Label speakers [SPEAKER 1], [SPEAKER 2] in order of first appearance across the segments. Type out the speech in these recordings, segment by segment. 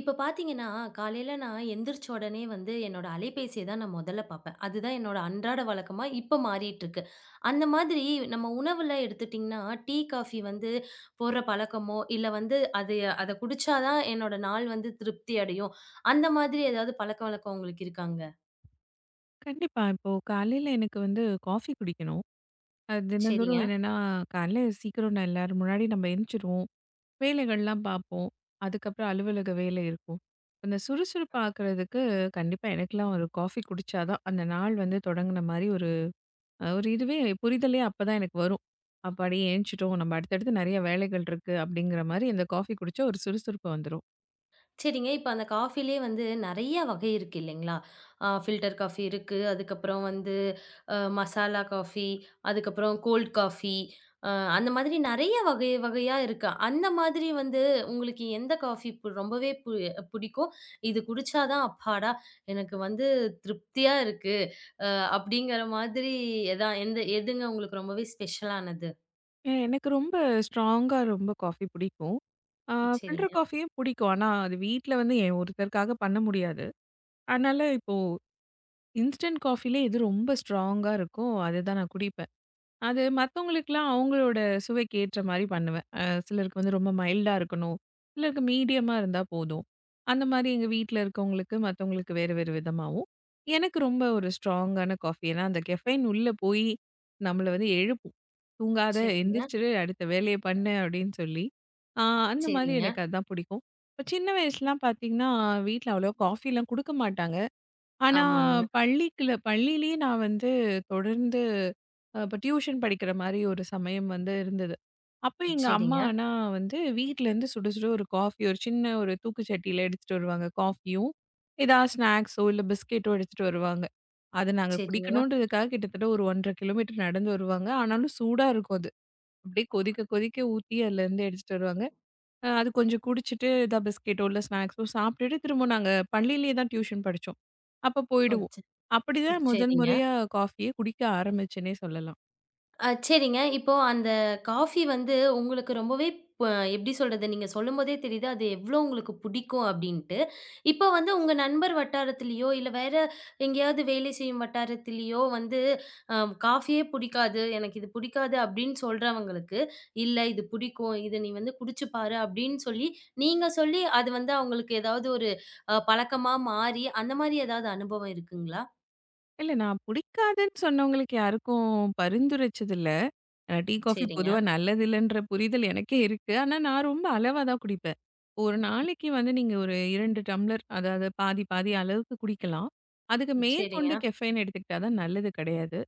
[SPEAKER 1] இப்ப பார்த்தீங்கன்னா, காலையில நான் எந்திரிச்ச உடனே வந்து என்னோட அலைபேசிய தான் நான் முதல்ல பார்ப்பேன். அதுதான் என்னோட அன்றாட வழக்கமா இப்ப மாறிட்டுருக்கு. அந்த மாதிரி நம்ம உணவுல எடுத்துட்டீங்கன்னா, டீ, காஃபி வந்து போடுற பழக்கமோ, இல்ல வந்து அது அத குடிச்சா தான் என்னோட நாள் வந்து திருப்தி அடையும். அந்த மாதிரி ஏதாவது பழக்கவழக்கம் உங்களுக்கு இருக்காங்க?
[SPEAKER 2] கண்டிப்பா. இப்போ காலையில எனக்கு வந்து காஃபி குடிக்கணும். அது தினந்தோறும்
[SPEAKER 1] சரிங்க.
[SPEAKER 2] என்னன்னா, காலையில சீக்கிரம் நான் எல்லாரும் முன்னாடி நம்ம எந்திரிச்சிருவோம். வேலைகள்லாம் பார்ப்போம். அதுக்கப்புறம் அலுவலக வேலை இருக்கும். அந்த சுறுசுறுப்பா ஆக்குறதுக்கு கண்டிப்பா எனக்கெல்லாம் ஒரு காஃபி குடிச்சா தான், அந்த நாள் வந்து தொடங்குன மாரி ஒரு இதுவே புரிதலே அப்பதான் எனக்கு வரும். அப்பாடி ஏந்திச்சிட்டோம். நம்ம அடுத்தடுத்து நெறைய வேலைகள் இருக்கு அப்படிங்கிற மாரி அந்த காஃபி குடிச்சா ஒரு சுறுசுறுப்பு வந்துரும்.
[SPEAKER 1] சரிங்க. இப்ப அந்த காஃபிலயே வந்து நெறைய வகை இருக்கு இல்லைங்களா? ஃபில்டர் காஃபி இருக்கு. அதுக்கப்புறம் வந்து மசாலா காஃபி, அதுக்கப்புறம் கோல்ட் காஃபி. அ அந்த மாதிரி நெறைய வகை வகையா இருக்கு. அந்த மாதிரி வந்து உங்களுக்கு எந்த காஃபி பு ரொம்பவே பு புடிக்கும்? இது குடிச்சா தான் அப்பாடா! எனக்கு வந்து திருப்தியா இருக்கு. அ அப்படிங்கிற மாதிரி எதா எந்த எதுங்க உங்களுக்கு ரொம்பவே ஸ்பெஷலானது?
[SPEAKER 2] எனக்கு ரொம்ப ஸ்ட்ராங்கா ரொம்ப காஃபி பிடிக்கும். ஆ ஃபில்டர்
[SPEAKER 1] சரிங்க,
[SPEAKER 2] காஃபியும் பிடிக்கும். ஆனா, அது வீட்ல வந்து என் ஒருத்தருக்காக பண்ண முடியாது. அதனால இப்போ இன்ஸ்டன்ட் காஃபிலே எது ரொம்ப ஸ்ட்ராங்கா இருக்கோ, அதுதான் நான் குடிப்பேன். அது மத்தவங்களுக்குலாம் அவங்களோட சுவைக்கு ஏற்ற மாரி பண்ணுவேன். சிலருக்கு வந்து ரொம்ப மைல்டா இருக்கணும். சிலருக்கு மீடியமா இருந்தா போதும். அந்த மாரி எங்க வீட்ல இருக்கவங்களுக்கு, மத்தவங்களுக்கு வேறு வேறு விதமாவும். எனக்கு ரொம்ப ஒரு ஸ்ட்ராங்கான காஃபி. ஏன்னா, அந்த கெஃபைன் உள்ள போய் நம்மள வந்து எழுப்பும். தூங்காத
[SPEAKER 1] சரிங்க,
[SPEAKER 2] எந்திரிச்சிரு, அடுத்த வேலைய பண்ணு அப்படின்னு சொல்லி. ஆ அந்த மாரி
[SPEAKER 1] சரிங்க.
[SPEAKER 2] எனக்கு அதான் பிடிக்கும். இப்ப சின்ன வயசுலாம் பார்த்தீங்கன்னா, வீட்ல அவ்வளோ காஃபிலாம் குடுக்க மாட்டாங்க. ஆனா,
[SPEAKER 1] ஆமாங்க.
[SPEAKER 2] பள்ளிக்குள்ள பள்ளியிலேயே நான் வந்து தொடர்ந்து இப்ப டியூஷன் படிக்கிற மாரி ஒரு சமயம் வந்து இருந்தது. அப்ப எங்க அம்மா
[SPEAKER 1] சரிங்க,
[SPEAKER 2] ஆனா வந்து வீட்லேருந்து சுட சுட ஒரு காஃபி ஒரு சின்ன ஒரு தூக்கு சட்டியில எடுத்துட்டு வருவாங்க. காஃபியும், ஏதாவது ஸ்நாக்ஸோ இல்ல பிஸ்கெட்டோ எடுத்துட்டு வருவாங்க. அத நாங்க
[SPEAKER 1] சரிங்க.
[SPEAKER 2] குடிக்கணுன்றதுக்காக கிட்டத்தட்ட ஒரு 1 1/2 கிலோமீட்டர் நடந்து வருவாங்க. ஆனாலும் சூடா இருக்கும் அது. அப்படியே கொதிக்க கொதிக்க ஊத்தி அதுலேருந்து எடுத்துட்டு வருவாங்க. அது கொஞ்சம் குடிச்சிட்டு, எதா பிஸ்கெட்டோ, இல்ல ஸ்நாக்ஸோ சாப்பிட்டுட்டு, திரும்ப நாங்க பள்ளியிலேயே தான் டியூஷன் படிச்சோம். அப்ப
[SPEAKER 1] அ
[SPEAKER 2] போயிடுவோம்.
[SPEAKER 1] ச
[SPEAKER 2] அப்படிதான் முதல்
[SPEAKER 1] சரிங்க.
[SPEAKER 2] முறையா காஃபியே குடிக்க ஆரம்பிச்சேன்னே சொல்லலாம்.
[SPEAKER 1] சரிங்க. இப்போ அந்த காஃபி வந்து உங்களுக்கு ரொம்பவே ப எப்படி சொல்றது? நீங்க சொல்லும்போதே தெரியுது, அது எவ்ளோ உங்களுக்கு புடிக்கும் அப்படின்ட்டு. இப்ப வந்து உங்க நண்பர் வட்டாரத்திலயோ, இல்ல வேற எங்கேயாவது வேலை செய்யும் வட்டாரத்திலயோ வந்து அ காஃபியே புடிக்காது, எனக்கு இது புடிக்காது அப்படின்னு சொல்றவங்களுக்கு, "இல்ல இது புடிக்கும். இத நீ வந்து குடிச்சு பாரு" அப்படின்னு சொல்லி, நீங்க சொல்லி அது வந்து அவங்களுக்கு ஏதாவது ஒரு பழக்கமா மாறி, அந்த மாரி ஏதாவது அனுபவம் இருக்குங்களா?
[SPEAKER 2] இல்ல நான் பிடிக்காதுன்னு சொன்னவங்களுக்கு யாருக்கும் பரிந்துரைச்சதில்ல. டீ, காஃபி
[SPEAKER 1] சரிங்க,
[SPEAKER 2] பொதுவா நல்லதில்லன்ற புரிதல் எனக்கே இருக்கு. ஆனா, நான் ரொம்ப அளவா தான் குடிப்பேன். ஒரு நாளைக்கு வந்து நீங்க ஒரு 2 டம்ளர் அதாவது பாதி, பாதி அளவுக்கு குடிக்கலாம். அதுக்கு
[SPEAKER 1] சரிங்க.
[SPEAKER 2] மேற்கொண்டு கெஃபைன் எடுத்துக்கிட்டா தான் நல்லது கிடையாது.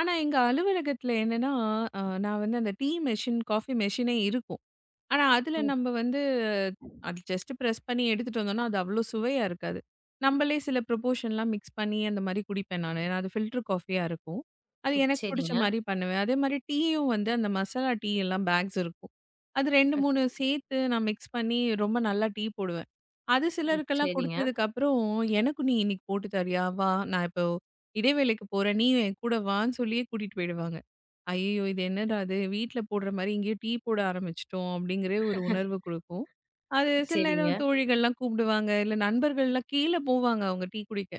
[SPEAKER 2] ஆனா, எங்க அலுவலகத்தில என்னன்னா, அ நான் வந்து அந்த டீ மெஷின், காஃபி மெஷினே இருக்கும். ஆனா, அதுல
[SPEAKER 1] ம்,
[SPEAKER 2] நம்ம வந்து அது ஜஸ்ட் பிரஸ் பண்ணி எடுத்துட்டு வந்தோம்னா, அது அவ்ளோ சுவையா இருக்காது. நம்பளே சில ப்ரொபோர்ஷன்லாம் மிக்ஸ் பண்ணி அந்த மாரி குடிப்பேன் நானு. ஏன்னா, அது ஃபில்டர் காஃபியா இருக்கும். அது
[SPEAKER 1] ம்.
[SPEAKER 2] எனக்கு புடிச்ச
[SPEAKER 1] சரிங்க,
[SPEAKER 2] மாரி பண்ணுவேன். அதே மாரி டீயும் வந்து அந்த மசாலா டீ எல்லாம் பேக்ஸ் இருக்கும். அது 2,
[SPEAKER 1] ம்,
[SPEAKER 2] 3 சேர்த்து நான் மிக்ஸ் பண்ணி ரொம்ப நல்லா டீ போடுவேன். அது
[SPEAKER 1] ம்.
[SPEAKER 2] சிலருக்கெல்லாம்
[SPEAKER 1] சரிங்க.
[SPEAKER 2] குடுத்ததுக்கப்புறம், "எனக்கும் நீ இன்னைக்கு போட்டு தரியா? வா! நான் இப்போ இடைவேளைக்கு போறேன். நீயும் என் கூட வான்னு" சொல்லியே கூட்டிட்டு போயிடுவாங்க. ஐயய்யோ! இது என்னடா இது? வீட்ல போடுற மாரி இங்கேயும் டீ போட ஆரம்பிச்சுட்டோம் அப்படிங்கிற ஒரு உணர்வு குடுக்கும். அது சில
[SPEAKER 1] சரிங்க,
[SPEAKER 2] நேரம் தோழிகள்லாம் கூப்பிடுவாங்க. இல்ல நண்பர்கள்லாம் கீழ போவாங்க அவங்க டீ குடிக்க.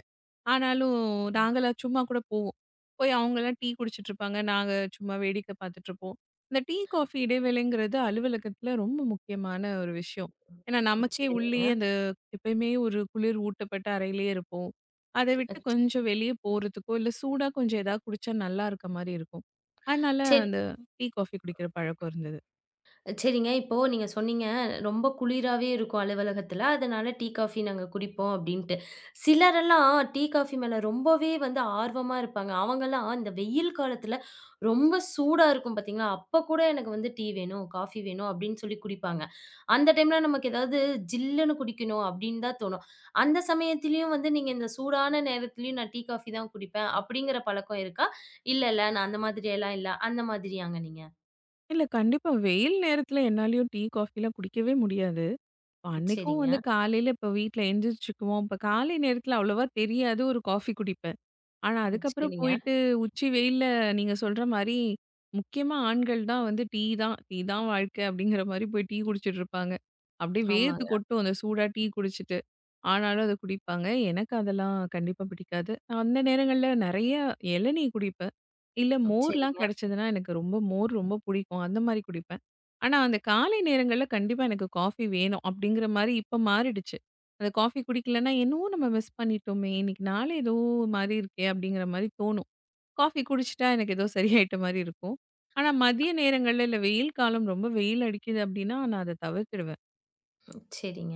[SPEAKER 2] ஆனாலும் நாங்கலாம் சும்மா கூட போவோம். போய் அவங்கலாம் டீ குடிச்சிட்டு இருப்பாங்க. நாங்க சும்மா வேடிக்கை பார்த்துட்டு இருப்போம். இந்த டீ, காஃபி இடைவேளைங்கிறது அலுவலகத்தில ரொம்ப முக்கியமான ஒரு விஷயம். ஏன்னா நமக்கே
[SPEAKER 1] சரிங்க.
[SPEAKER 2] உள்ளேயே அந்த எப்பயுமே ஒரு குளிர் ஊட்டப்பட்ட அறையிலேயே இருப்போம். அத விட்டு
[SPEAKER 1] அச்
[SPEAKER 2] கொஞ்சம் வெளிய போறதுக்கோ, இல்ல சூடா கொஞ்சம் ஏதாவது குடிச்சா நல்லா இருக்க மாரி இருக்கும். அதனால
[SPEAKER 1] சரி.
[SPEAKER 2] அந்த டீ, காஃபி குடிக்கிற பழக்கம் இருந்தது.
[SPEAKER 1] சரிங்க. இப்போ நீங்க சொன்னீங்க, ரொம்ப குளிராவே இருக்கும் அலுவலகத்தில. அதனால டீ, காஃபி நாங்க குடிப்போம் அப்டின்ட்டு. சிலரெல்லாம் டீ, காஃபி மேல ரொம்பவே வந்து ஆர்வமா இருப்பாங்க. அவங்கலாம் இந்த வெயில் காலத்தில ரொம்ப சூடா இருக்கும் பார்த்தீங்களா, அப்ப கூட எனக்கு வந்து டீ வேணும், காஃபி வேணும் அப்டின்னு சொல்லி குடிப்பாங்க. அந்த டைம்ல நமக்கு ஏதாவது ஜில்லுன்னு குடிக்கணும் அப்டின்னு தான் தோணும். அந்த சமயத்திலயும் வந்து நீங்க இந்த சூடான நேரத்திலயும் நான் டீ, காஃபி தான் குடிப்பேன் அப்படிங்கிற பழக்கம் இருக்கா? இல்ல, இல்ல நான் அந்த மாதிரியெல்லாம் இல்ல. அந்த மாதிரியாங்க நீங்க?
[SPEAKER 2] இல்ல கண்டிப்பா வெயில் நேரத்துல என்னாலயும் டீ, காஃபிலாம் குடிக்கவே முடியாது. இப்ப அன்னைக்கும்
[SPEAKER 1] சரிங்க.
[SPEAKER 2] வந்து காலையில இப்ப வீட்ல எந்திரிச்சுக்குவோம். இப்ப காலை நேரத்துல அவ்வளவா தெரியாது ஒரு காஃபி குடிப்பேன். ஆனா, அதுக்கப்புறம்
[SPEAKER 1] சரிங்க.
[SPEAKER 2] போயிட்டு உச்சி வெயில்ல நீங்க சொல்ற மாரி, முக்கியமா ஆண்கள் தான் வந்து டீ தான் டீ தான் வாழ்க்கை அப்படிங்கிற மாரி போய் டீ குடிச்சிட்டு இருப்பாங்க. அப்படியே வேர்த்து
[SPEAKER 1] ஆமாங்க.
[SPEAKER 2] கொட்டும் அந்த சூடா டீ குடிச்சிட்டு. ஆனாலும் அத குடிப்பாங்க. எனக்கு அதெல்லாம் கண்டிப்பா பிடிக்காது. நான் அந்த நேரங்கள்ல நெறைய இளநீ குடிப்பேன். இல்ல மோர்லாம்
[SPEAKER 1] சரிங்க,
[SPEAKER 2] கிடைச்சதுன்னா எனக்கு ரொம்ப மோர் ரொம்ப பிடிக்கும். அந்த மாரி குடிப்பேன். ஆனா, அந்த காலை நேரங்கள்ல கண்டிப்பா எனக்கு காஃபி வேணும் அப்படிங்கிற மாரி இப்ப மாறிடுச்சு. அந்த காஃபி குடிக்கலன்னா, என்னவோ நம்ம மிஸ் பண்ணிட்டோமே! இன்னைக்கு நாளே ஏதோ ஒரு மாரி இருக்கே! அப்படிங்கிற மாரி தோணும். காஃபி குடிச்சுட்டா எனக்கு ஏதோ சரியாயிட்ட மாரி இருக்கும். ஆனா, மதிய நேரங்கள்ல இல்ல வெயில் காலம் ரொம்ப வெயில் அடிக்குது அப்படின்னா, நான் அத தவிர்த்துடுவேன்.
[SPEAKER 1] சரிங்க.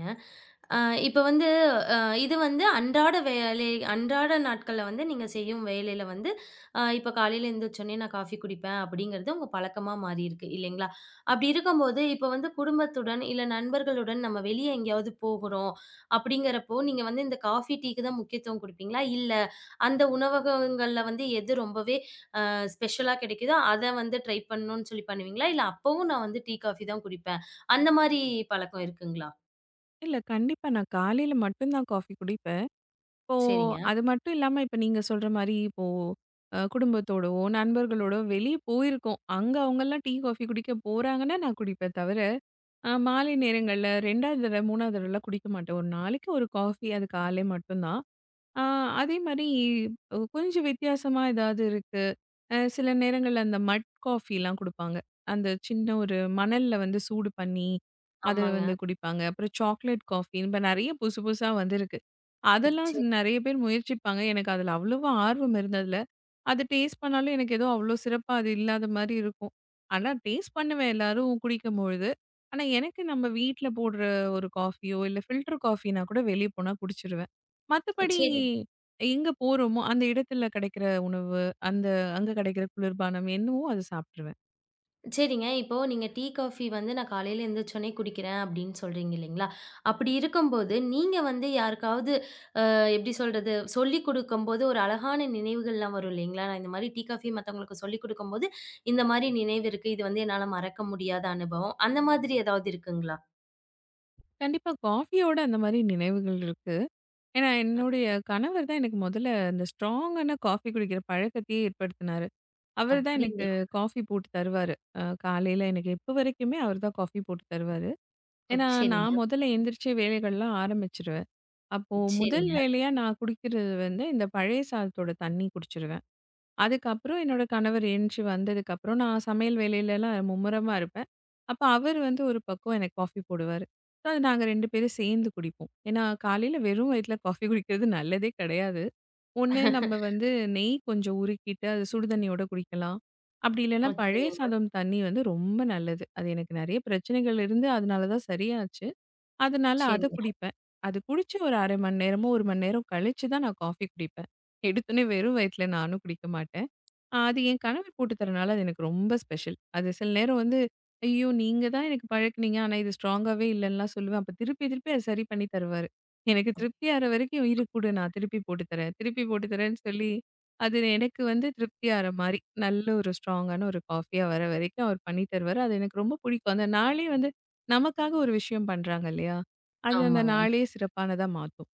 [SPEAKER 1] அ இப்ப வந்து அ இது வந்து அன்றாட வேலை அன்றாட நாட்கள்ல வந்து நீங்க செய்யும் வேலையில வந்து இப்ப காலையில எந்திரிச்சோனே நான் காஃபி குடிப்பேன் அப்படிங்கிறது உங்க பழக்கமா மாறியிருக்கு இல்லைங்களா? அப்படி இருக்கும்போது இப்ப வந்து குடும்பத்துடன் இல்ல நண்பர்களுடன் நம்ம வெளிய எங்கேயாவது போகுறோம் அப்படிங்கிறப்போ, நீங்க வந்து இந்த காஃபி, டீக்கு தான் முக்கியத்துவம் குடுப்பீங்களா? இல்ல அந்த உணவகங்கள்ல வந்து எது ரொம்பவே ஸ்பெஷலா கிடைக்குதோ, அத வந்து ட்ரை பண்ணணும்னு சொல்லி பண்ணுவீங்களா? இல்ல அப்பவும் நான் வந்து டீ, காஃபி தான் குடிப்பேன். அந்த மாரி பழக்கம் இருக்குங்களா?
[SPEAKER 2] இல்ல கண்டிப்பா நான் காலையில மட்டும் தான் காஃபி குடிப்பேன். இப்போ
[SPEAKER 1] சரிங்க.
[SPEAKER 2] அது மட்டும் இல்லாம இப்ப நீங்க சொல்ற மாரி இப்போ குடும்பத்தோடவோ, நண்பர்களோடோ வெளிய போயிருக்கோம். அங்க அவங்கலாம் டீ, காஃபி குடிக்க போறாங்கன்னா, நான் குடிப்பேன் தவிர, மாலை நேரங்கள்ல 2வது தடவ, 3வது தடவலாம் குடிக்க மாட்டேன். ஒரு நாளைக்கு ஒரு காஃபி அது காலை மட்டும் தான். ஆ, அதே மாரி கொஞ்சம் வித்தியாசமா ஏதாவது இருக்கு. சில நேரங்கள்ல அந்த மட் காஃபிலாம் குடுப்பாங்க. அந்த சின்ன ஒரு மணல்ல வந்து சூடு பண்ணி, அத
[SPEAKER 1] ஆமாங்க.
[SPEAKER 2] வந்து குடிப்பாங்க. அப்புறம் சாக்லேட் காஃபி இப்ப நெறைய புதுசு புதுசா வந்திருக்கு. அதெல்லாம்
[SPEAKER 1] சரி,
[SPEAKER 2] நெறைய பேர் முயற்சிப்பாங்க. எனக்கு அதுல அவ்வளவா ஆர்வம் இருந்ததில்ல. அது டேஸ்ட் பண்ணாலும் எனக்கு ஏதோ அவ்வளோ சிறப்பா அது இல்லாத மாரி இருக்கும். ஆனா டேஸ்ட் பண்ணுவேன் எல்லாரும் குடிக்கும்பொழுது. ஆனா எனக்கு நம்ம வீட்ல போடுற ஒரு காஃபியோ, இல்ல ஃபில்டர் காஃபின்னா கூட வெளிய போனா குடிச்சுருவேன். மத்தபடி
[SPEAKER 1] சரி.
[SPEAKER 2] எங்க போறோமோ அந்த இடத்துல கிடைக்கிற உணவு, அந்த அங்க கிடைக்கிற குளிர்பானம் என்னவோ அத சாப்ட்டுருவேன்.
[SPEAKER 1] சரிங்க. இப்போ நீங்க டீ, காஃபி வந்து நான் காலையில எந்திரிச்சோனே குடிக்கிறேன் அப்படின்னு சொல்றீங்க இல்லைங்களா? அப்படி இருக்கும்போது நீங்க வந்து யாருக்காவது எப்படி சொல்றது? சொல்லிக் குடுக்கும்போது ஒரு அழகான நினைவுகள்லாம் வரும் இல்லைங்களா? நான் இந்த மாரி டீ, காஃபி மத்தவங்களுக்கு சொல்லிக் குடுக்கும்போது, இந்த மாரி நினைவு இருக்கு. இது வந்து என்னால மறக்க முடியாத அனுபவம். அந்த மாதிரி ஏதாவது இருக்குங்களா?
[SPEAKER 2] கண்டிப்பா காஃபியோட அந்த மாரி நினைவுகள் இருக்கு. ஏன்னா, என்னுடைய கணவர் தான் எனக்கு முதல்ல அந்த ஸ்ட்ராங்கான காஃபி குடிக்கிற பழக்கத்தையே ஏற்படுத்தினாரு. அவர் தான் எனக்கு
[SPEAKER 1] அப்படிங்களா?
[SPEAKER 2] காஃபி போட்டு தருவாரு. காலையில எனக்கு இப்ப வரைக்குமே அவர் தான் காஃபி போட்டு தருவாரு. ஏன்னா,
[SPEAKER 1] சரிங்க,
[SPEAKER 2] நான் முதல்ல எந்திரிச்சு வேலைகள்லாம் ஆரம்பிச்சுருவேன். அப்போ முதல்
[SPEAKER 1] சரிங்க.
[SPEAKER 2] வேலையா நான் குடிக்கிறது வந்து இந்த பழைய சாதத்தோட தண்ணி குடிச்சிருவேன். அதுக்கப்புறம் என்னோட கணவர் எழுந்துச்சு வந்ததுக்கப்புறம், நான் சமையல் வேலையிலலாம் மும்முரமா இருப்பேன். அப்ப அவர் வந்து ஒரு பக்கம் எனக்கு காஃபி போடுவாரு. ஸோ அது நாங்க 2 பேரும் சேர்ந்து குடிப்போம். ஏன்னா, காலையில வெறும் வயித்துல காஃபி குடிக்கிறது நல்லதே கிடையாது. ஒண்ணு நம்ம வந்து நெய் கொஞ்சம் உருக்கிட்டு, அது சுடுதண்ணியோட குடிக்கலாம். அப்படி
[SPEAKER 1] ஓ!
[SPEAKER 2] இல்லைன்னா பழைய
[SPEAKER 1] சரிங்க,
[SPEAKER 2] சாதம் தண்ணி வந்து ரொம்ப நல்லது. அது எனக்கு நெறைய பிரச்சனைகள் இருந்து அதனால தான் சரியாச்சு. அதனால அத
[SPEAKER 1] சரிங்க.
[SPEAKER 2] குடிப்பேன். அது குடிச்சு ஒரு 1/2 மணி நேரமோ, 1 மணி நேரம் கழிச்சு தான் நான் காஃபி குடிப்பேன். எடுத்தோனே வெறும் வயித்துல நானும் குடிக்க மாட்டேன். அது என் கணவர் போட்டு தரனால அது எனக்கு ரொம்ப ஸ்பெஷல். அது சில நேரம் வந்து, ஐயோ! நீங்க தான் எனக்கு பழக்குனீங்க. ஆனா இது ஸ்ட்ராங்காவே இல்லன்னுலாம் சொல்லுவேன். அப்ப திருப்பி, திருப்பி அத சரி பண்ணி தருவாரு. எனக்கு திருப்தியாற வரைக்கும் இரு குடு நான் திருப்பி போட்டு தரேன், திருப்பி போட்டு தரேன்னு சொல்லி, அது எனக்கு வந்து திருப்தியாற மாரி, நல்ல ஒரு ஸ்ட்ராங்கான ஒரு காஃபியா வர வரைக்கும் அவர் பண்ணி தருவாரு. அது எனக்கு ரொம்ப பிடிக்கும். அந்த நாளே வந்து நமக்காக ஒரு விஷயம் பண்றாங்க இல்லையா? அது அந்த
[SPEAKER 1] ஆமாங்க.
[SPEAKER 2] நாளே சிறப்பானதா மாத்தும்.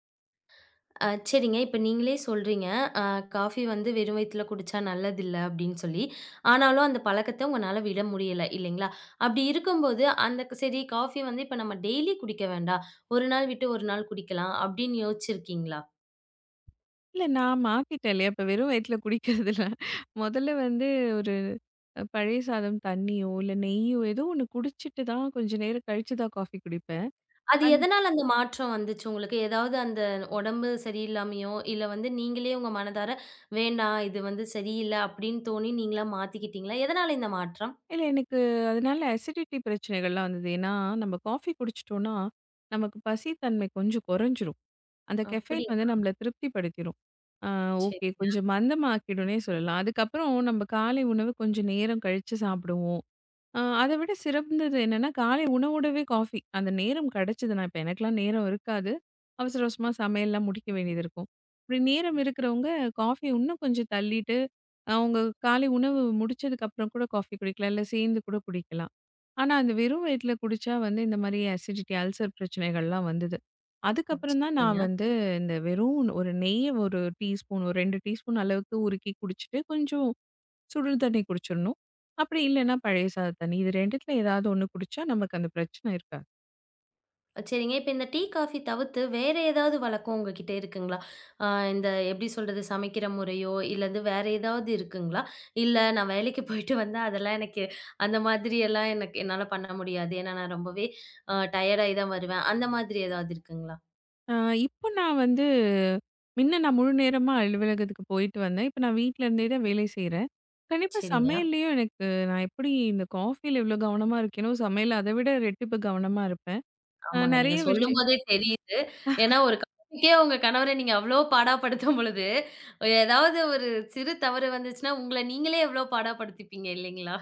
[SPEAKER 1] சரிங்க. இப்ப நீங்களே சொல்றீங்க, அ "காஃபி வந்து வெறும் வயித்துல குடிச்சா நல்லதில்ல" அப்படின்னு சொல்லி. ஆனாலும் அந்த பழக்கத்த உங்கனால விட முடியல இல்லைங்களா? அப்படி இருக்கும்போது, அந்த சரி காஃபி வந்து இப்ப நம்ம டெய்லி குடிக்க வேண்டாம். ஒரு நாள் விட்டு ஒரு நாள் குடிக்கலாம் அப்படின்னு யோசிச்சிருக்கீங்களா?
[SPEAKER 2] இல்ல நான் மாத்திட்டேன் இல்லையா? இப்ப வெறும் வயித்துல குடிக்கிறதில்ல. மொதல்ல வந்து ஒரு பழைய சாதம் தண்ணியோ, இல்ல நெய்யோ ஏதோ ஒண்ணு குடிச்சிட்டு தான் கொஞ்ச நேரம் கழிச்சு தான் காஃபி குடிப்பேன்.
[SPEAKER 1] அது
[SPEAKER 2] அன்
[SPEAKER 1] எதனால அந்த மாற்றம் வந்துச்சு உங்களுக்கு? ஏதாவது அந்த உடம்பு சரியில்லாமயோ, இல்ல வந்து நீங்களே உங்க மனதார "வேண்டாம், இது வந்து சரியில்ல" அப்படின்னு தோணி நீங்களா மாத்திக்கிட்டீங்களா? எதனால இந்த மாற்றம்?
[SPEAKER 2] இல்ல எனக்கு அதனால அசிடிட்டி பிரச்சனைகள்லாம் வந்தது. ஏன்னா, நம்ம காஃபி குடிச்சிட்டோம்னா, நமக்கு பசித்தன்மை கொஞ்சம் குறைஞ்சிரும். அந்த கெஃபைன் வந்து
[SPEAKER 1] அப்படிங்களா?
[SPEAKER 2] நம்மள திருப்திப்படுத்திரும். அ
[SPEAKER 1] சரி,
[SPEAKER 2] ஓகே கொஞ்சம் மந்தமாக்கிடும்னே சொல்லலாம். அதுக்கப்புறம் நம்ம காலை உணவு கொஞ்சம் நேரம் கழிச்சு சாப்பிடுவோம். அத விட சிறந்தது என்னன்னா, காலை உணவோடவே காஃபி. அந்த நேரம் கிடைச்சதுனா, இப்ப எனக்கெல்லாம் நேரம் இருக்காது. அவசர அவசரமா சமையல்லாம் முடிக்க வேண்டியது இருக்கும். இப்படி நேரம் இருக்கிறவங்க காஃபிய இன்னும் கொஞ்சம் தள்ளிட்டு, அவங்க காலை உணவு முடிச்சதுக்கப்புறம் கூட காஃபி குடிக்கலாம். இல்ல சேர்ந்து கூட குடிக்கலாம். ஆனா, அந்த வெறும் வயித்துல குடிச்சா வந்து இந்த மாரி அசிடிட்டி, அல்சர் பிரச்சனைகள்லாம் வந்தது. அதுக்கப்புறம் தான் நான்
[SPEAKER 1] சரிங்க.
[SPEAKER 2] வந்து இந்த வெறும் ஒரு நெய்ய ஒரு டீஸ்பூன், ஒரு 2 டீஸ்பூன் அளவுக்கு உருக்கி குடிச்சுட்டு, கொஞ்சம் சுடு தண்ணி குடிச்சிடணும். அப்படி இல்லைன்னா பழைய சாதம் தண்ணி. இது 2த்துல ஏதாவது ஒண்ணு குடிச்சா நமக்கு அந்த பிரச்சனை இருக்காது.
[SPEAKER 1] சரிங்க. இப்ப இந்த டீ, காஃபி தவிர்த்து வேற ஏதாவது வழக்கம் உங்ககிட்ட இருக்குங்களா? அ இந்த எப்படி சொல்றது? சமைக்கிற முறையோ, இல்ல வந்து வேற ஏதாவது இருக்குங்களா? இல்ல நான் வேலைக்கு போயிட்டு வந்தா அதெல்லாம் எனக்கு அந்த மாதிரியெல்லாம் எனக்கு என்னால பண்ண முடியாது. ஏன்னா நான் ரொம்பவே டயர்ட் ஆயி தான் வருவேன். அந்த மாதிரி ஏதாவது இருக்குங்களா?
[SPEAKER 2] அ இப்போ நான் வந்து முன்ன நான் முழு நேரமா அலுவலகத்துக்கு போயிட்டு வந்தேன். இப்போ நான் வீட்ல இருந்தே தான் வேலை செய்றேன். கண்டிப்பா
[SPEAKER 1] சரிங்க.
[SPEAKER 2] சமையல்லயும் எனக்கு நான் எப்படி இந்த காஃபில இவ்ளோ கவனமா இருக்கேனோ, சமையல்ல அத விட ரெட்டிப்பு கவனமா இருப்பேன்.
[SPEAKER 1] ஆமாங்க. நீங்க
[SPEAKER 2] நெறைய விஷயம்
[SPEAKER 1] சொல்லும்போதே தெரியுது. ஏன்னா ஒரு காஃபிக்கே உங்க கணவர நீங்க அவ்ளோ பாடாப்படுத்தும் பொழுது, ஏதாவது ஒரு சிறு தவறு வந்துச்சுன்னா, உங்கள நீங்களே எவ்ளோ பாடாப்படுத்திப்பீங்க இல்லைங்களா?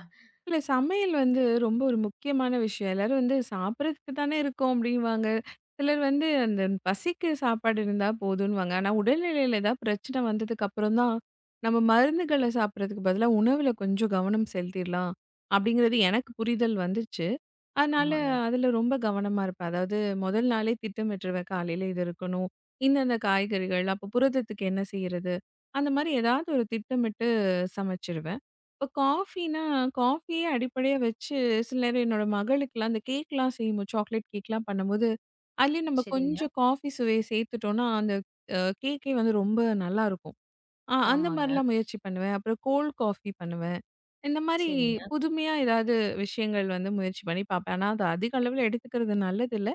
[SPEAKER 2] இல்ல சமையல் வந்து ரொம்ப ஒரு முக்கியமான விஷயம். எல்லாரும் வந்து சாப்பிடுறதுக்கு தானே இருக்கோம் அப்படின்வாங்க. சிலர் வந்து அந்த பசிக்கு சாப்பாடு இருந்தா போதுன்னுவாங்க. ஆனா உடல்நிலையில ஏதாவது பிரச்சனை வந்ததுக்கு அப்புறம் தான், நம்ம மருந்துகள சாப்பிடுறதுக்கு பதிலா உணவுல கொஞ்சம் கவனம் செலுத்திடலாம் அப்படிங்கிறது எனக்கு புரிதல் வந்துச்சு. அதனால
[SPEAKER 1] ஆமாங்க.
[SPEAKER 2] அதில ரொம்ப கவனமா இருப்பேன். அதாவது முதல் நாளே திட்டமிட்டுருவேன். காலையில இது இருக்கணும். இந்தந்த காய்கறிகள், அப்போ புரதத்துக்கு என்ன செய்றது? அந்த மாரி ஏதாவது ஒரு திட்டமிட்டு சமைச்சிருவேன். இப்போ காஃபினா, காஃபியே அடிப்படையா வச்சு சில நேரம் என்னோட மகளுக்குலாம் அந்த கேக்லாம் செய்யும்போது சாக்லேட் கேக்லாம் பண்ணும்போது, அதுலயும் நம்ம
[SPEAKER 1] சரிங்க.
[SPEAKER 2] கொஞ்சம் காஃபி சுவைய சேர்த்துட்டோம்னா, அந்த கேக்கே வந்து ரொம்ப நல்லாருக்கும். அந்த
[SPEAKER 1] ஆமாங்க.
[SPEAKER 2] மாரிலாம் முயற்சி பண்ணுவேன். அப்புறம் கோல்ட் காஃபி பண்ணுவேன். இந்த மாரி
[SPEAKER 1] சரிங்க,
[SPEAKER 2] புதுமையா ஏதாவது விஷயங்கள் வந்து முயற்சி பண்ணி பார்ப்பேன். ஆனா, அது அதிக அளவுல எடுத்துக்கிறது நல்லதில்ல.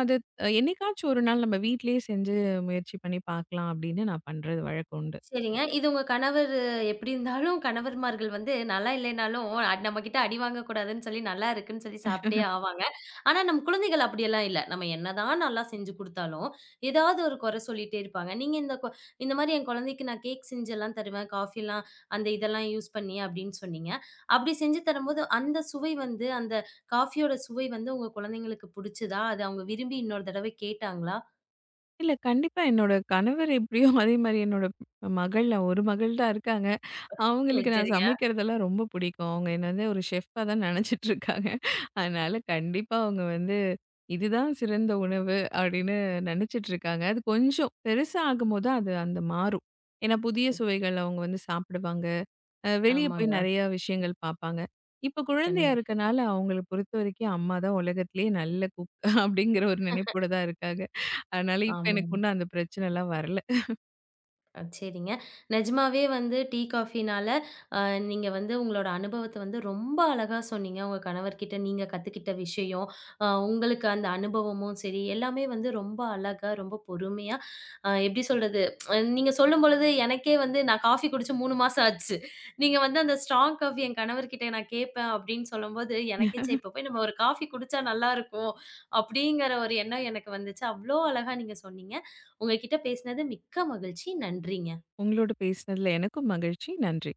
[SPEAKER 2] அது என்னைக்காச்சும் ஒரு நாள் நம்ம வீட்லயே செஞ்சு முயற்சி பண்ணி பார்க்கலாம் அப்படின்னு நான் பண்றது வழக்கம் உண்டு.
[SPEAKER 1] சரிங்க. இது உங்க கணவர் எப்படி இருந்தாலும் கணவர்மார்கள் வந்து நல்லா இல்லைனாலும், நம்ம கிட்ட அடி வாங்கக்கூடாதுன்னு சொல்லி நல்லா இருக்குன்னு சொல்லி சாப்பிட்டே ஆவாங்க. ஆனா நம்ம குழந்தைகள் அப்படியெல்லாம் இல்ல. நம்ம என்னதான் நல்லா செஞ்சு குடுத்தாலும், ஏதாவது ஒரு குறை சொல்லிட்டே இருப்பாங்க. நீங்க இந்த மாரி என் குழந்தைக்கு நான் கேக் செஞ்செல்லாம் தருவேன். காஃபிலாம் அந்த இதெல்லாம் யூஸ் பண்ணி அப்படின்னு சொன்னீங்க. அப்படி செஞ்சு தரும்போது அந்த சுவை வந்து அந்த காஃபியோட சுவை வந்து உங்க குழந்தைங்களுக்கு புடிச்சதா? அது அவங்க விரும்பி இன்னொரு தடவை கேட்டாங்களா?
[SPEAKER 2] இல்ல கண்டிப்பா என்னோட கணவர் எப்படியோ அதே மாரி என்னோட மகள் நான் ஒரு மகள் தான் இருக்காங்க.
[SPEAKER 1] சரி,
[SPEAKER 2] அவங்களுக்கு நான்
[SPEAKER 1] சரிங்க.
[SPEAKER 2] சமைக்கிறதெல்லாம் ரொம்ப பிடிக்கும். அவங்க என்ன வந்து ஒரு ஷெஃப்பா தான் நெனச்சிட்டு இருக்காங்க. அதனால கண்டிப்பா அவங்க வந்து, இதுதான் சிறந்த உணவு அப்படின்னு நெனச்சிட்டு இருக்காங்க. அது கொஞ்சம் பெருசா ஆகும்போது அது அந்த மாறும். ஏன்னா புதிய சுவைகள் அவங்க வந்து சாப்பிடுவாங்க. வெளிய போய்
[SPEAKER 1] ஆமாங்க.
[SPEAKER 2] நெறைய விஷயங்கள் பாப்பாங்க. இப்ப குழந்தையா
[SPEAKER 1] கண்டி
[SPEAKER 2] இருக்கனால அவங்கள பொறுத்தவரைக்கும் அம்மா தான் உலகத்திலேயே நல்ல குக் அப்படிங்கிற ஒரு நினைப்போட தான் இருக்காங்க. அதனால இப்ப எனக்கு
[SPEAKER 1] ஆமாங்க.
[SPEAKER 2] ஒண்ணும் அந்த பிரச்சனைலாம் வரல.
[SPEAKER 1] சரிங்க. நிஜமாவே வந்து டீ, காஃபினால அ நீங்க வந்து உங்களோட அனுபவத்த வந்து ரொம்ப அழகா சொன்னீங்க. உங்க கணவர்கிட்ட நீங்க கத்துக்கிட்ட விஷயம், உங்களுக்கு அந்த அனுபவமும் சரி, எல்லாமே வந்து ரொம்ப அழகா, ரொம்ப பொறுமையா எப்படி சொல்றது? அ, நீங்க சொல்லும்பொழுது எனக்கே வந்து நான் காஃபி குடிச்சு 3 மாசம் ஆச்சு. நீங்க வந்து அந்த ஸ்ட்ராங் காஃபி என் கணவர்கிட்ட நான் கேட்பேன் அப்படின்னு சொல்லும்போது, எனக்கே சரி இப்போ போய் நம்ம ஒரு காஃபி குடிச்சா நல்லாயிருக்கும், அப்படிங்கிற ஒரு எண்ணம் எனக்கு வந்துச்சு. அவ்ளோ அழகா நீங்க சொன்னீங்க. உங்க கிட்ட பேசினது மிக்க மகிழ்ச்சி. நன்றிங்க.
[SPEAKER 2] உங்களோட பேசினதுல எனக்கும் மகிழ்ச்சி. நன்றி.